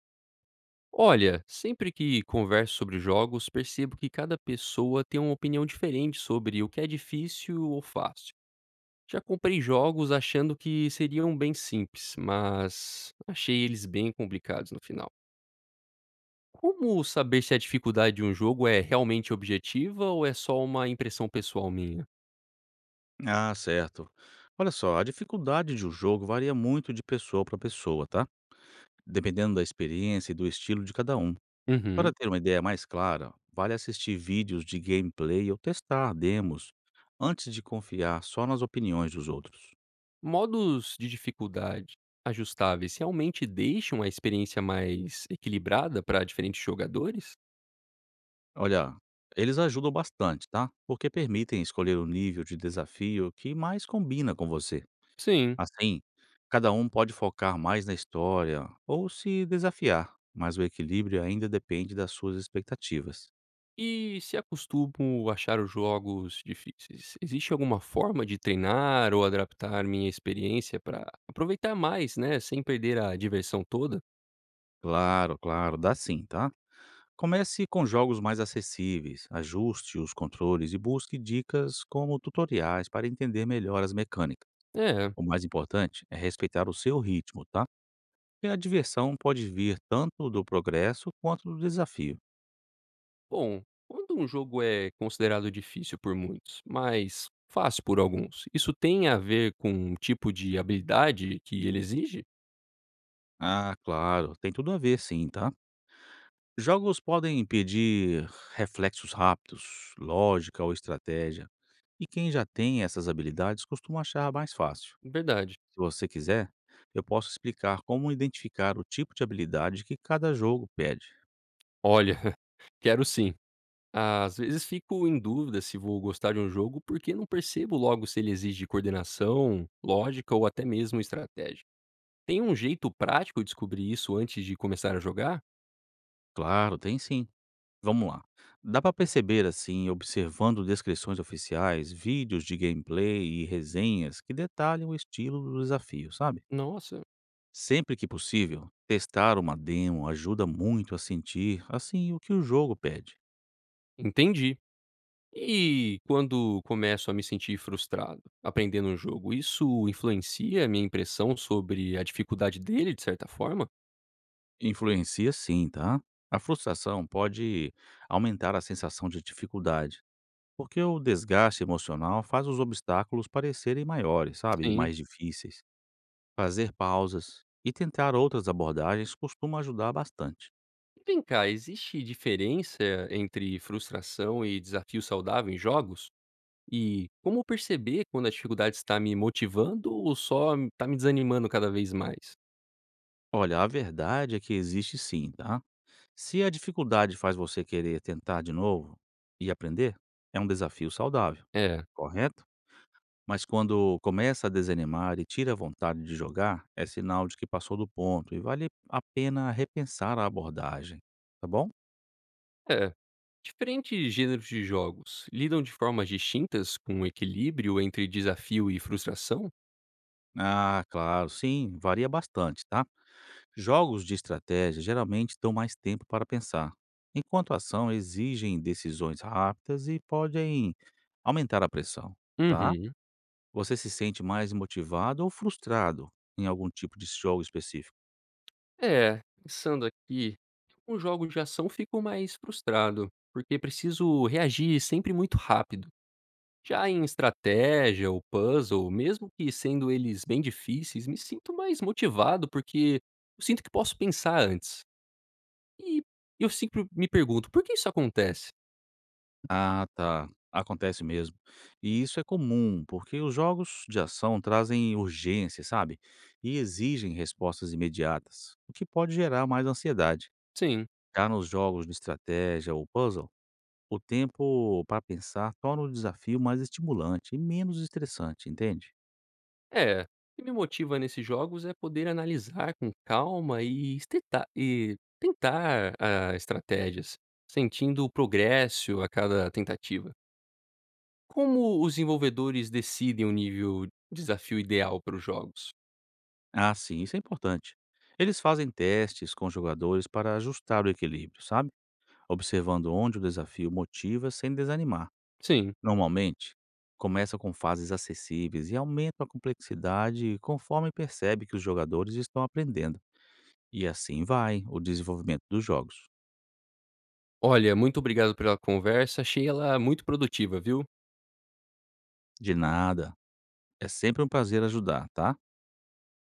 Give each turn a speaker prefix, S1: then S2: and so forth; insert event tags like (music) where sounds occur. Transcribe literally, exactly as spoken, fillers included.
S1: Olha, sempre que converso sobre jogos, percebo que cada pessoa tem uma opinião diferente sobre o que é difícil ou fácil. Já comprei jogos achando que seriam bem simples, mas achei eles bem complicados no final. Como saber se a dificuldade de um jogo é realmente objetiva ou é só uma impressão pessoal minha?
S2: Ah, certo. Olha só, a dificuldade de um jogo varia muito de pessoa para pessoa, tá? Dependendo da experiência e do estilo de cada um. Para
S1: Uhum.
S2: ter uma ideia mais clara, vale assistir vídeos de gameplay ou testar demos antes de confiar só nas opiniões dos outros.
S1: Modos de dificuldade ajustáveis realmente deixam a experiência mais equilibrada para diferentes jogadores?
S2: Olha, eles ajudam bastante, tá? Porque permitem escolher o nível de desafio que mais combina com você.
S1: Sim.
S2: Assim, cada um pode focar mais na história ou se desafiar, mas o equilíbrio ainda depende das suas expectativas.
S1: E se acostumo achar os jogos difíceis, existe alguma forma de treinar ou adaptar minha experiência para aproveitar mais, né, sem perder a diversão toda?
S2: Claro, claro, dá sim, tá? Comece com jogos mais acessíveis, ajuste os controles e busque dicas como tutoriais para entender melhor as mecânicas.
S1: É,
S2: O mais importante é respeitar o seu ritmo, tá? E a diversão pode vir tanto do progresso quanto do desafio.
S1: bom, quando um jogo é considerado difícil por muitos, mas fácil por alguns, isso tem a ver com o tipo de habilidade que ele exige?
S2: Ah, claro, tem tudo a ver sim, tá? Jogos podem pedir reflexos rápidos, lógica ou estratégia, e quem já tem essas habilidades costuma achar mais fácil.
S1: Verdade.
S2: Se você quiser, eu posso explicar como identificar o tipo de habilidade que cada jogo pede.
S1: Olha, (laughs) quero sim. Às vezes fico em dúvida se vou gostar de um jogo porque não percebo logo se ele exige coordenação, lógica ou até mesmo estratégia. Tem um jeito prático de descobrir isso antes de começar a jogar?
S2: Claro, tem sim. Vamos lá. Dá para perceber assim, observando descrições oficiais, vídeos de gameplay e resenhas que detalham o estilo do desafio, sabe?
S1: Nossa,
S2: Sempre que possível, testar uma demo ajuda muito a sentir assim o que o jogo pede.
S1: entendi. E quando começo a me sentir frustrado aprendendo um jogo, isso influencia a minha impressão sobre a dificuldade dele, de certa forma?
S2: Influencia sim, tá? A frustração pode aumentar a sensação de dificuldade, porque o desgaste emocional faz os obstáculos parecerem maiores, sabe? E
S1: Sim.
S2: mais difíceis. Fazer pausas e tentar outras abordagens costuma ajudar bastante.
S1: Vem cá, existe diferença entre frustração e desafio saudável em jogos? E como perceber quando a dificuldade está me motivando ou só está me desanimando cada vez mais?
S2: Olha, a verdade é que existe sim, tá? Se a dificuldade faz você querer tentar de novo e aprender, é um desafio saudável,
S1: É,
S2: correto? Mas quando começa a desanimar e tira a vontade de jogar, é sinal de que passou do ponto e vale a pena repensar a abordagem, tá bom?
S1: é. Diferentes gêneros de jogos lidam de formas distintas com o equilíbrio entre desafio e frustração?
S2: Ah, claro, sim, varia bastante, tá? Jogos de estratégia geralmente dão mais tempo para pensar, enquanto a ação exigem decisões rápidas e podem aumentar a pressão, tá?
S1: Uhum.
S2: Você se sente mais motivado ou frustrado em algum tipo de jogo específico?
S1: É, pensando aqui, alguns jogos de ação ficam mais frustrado, porque preciso reagir sempre muito rápido. Já em estratégia ou puzzle, mesmo que sendo eles bem difíceis, me sinto mais motivado porque eu sinto que posso pensar antes. E eu sempre me pergunto: "Por que isso acontece?"
S2: Ah, tá. Acontece mesmo. E isso é comum, porque os jogos de ação trazem urgência, sabe? E exigem respostas imediatas, o que pode gerar mais ansiedade.
S1: Sim,
S2: Já nos jogos de estratégia ou puzzle, o tempo para pensar torna o desafio mais estimulante e menos estressante, entende?
S1: é, o que me motiva nesses jogos é poder analisar com calma e esteta e tentar, ah, estratégias, sentindo o progresso a cada tentativa. Como os desenvolvedores decidem o nível desafio ideal para os jogos?
S2: Ah, sim, isso é importante. Eles fazem testes com jogadores para ajustar o equilíbrio, sabe? Observando onde o desafio motiva sem desanimar.
S1: Sim.
S2: Normalmente, começa com fases acessíveis e aumenta a complexidade conforme percebe que os jogadores estão aprendendo. E assim vai o desenvolvimento dos jogos.
S1: Olha, muito obrigado pela conversa, achei ela muito produtiva, viu.
S2: De nada, é sempre um prazer ajudar, tá?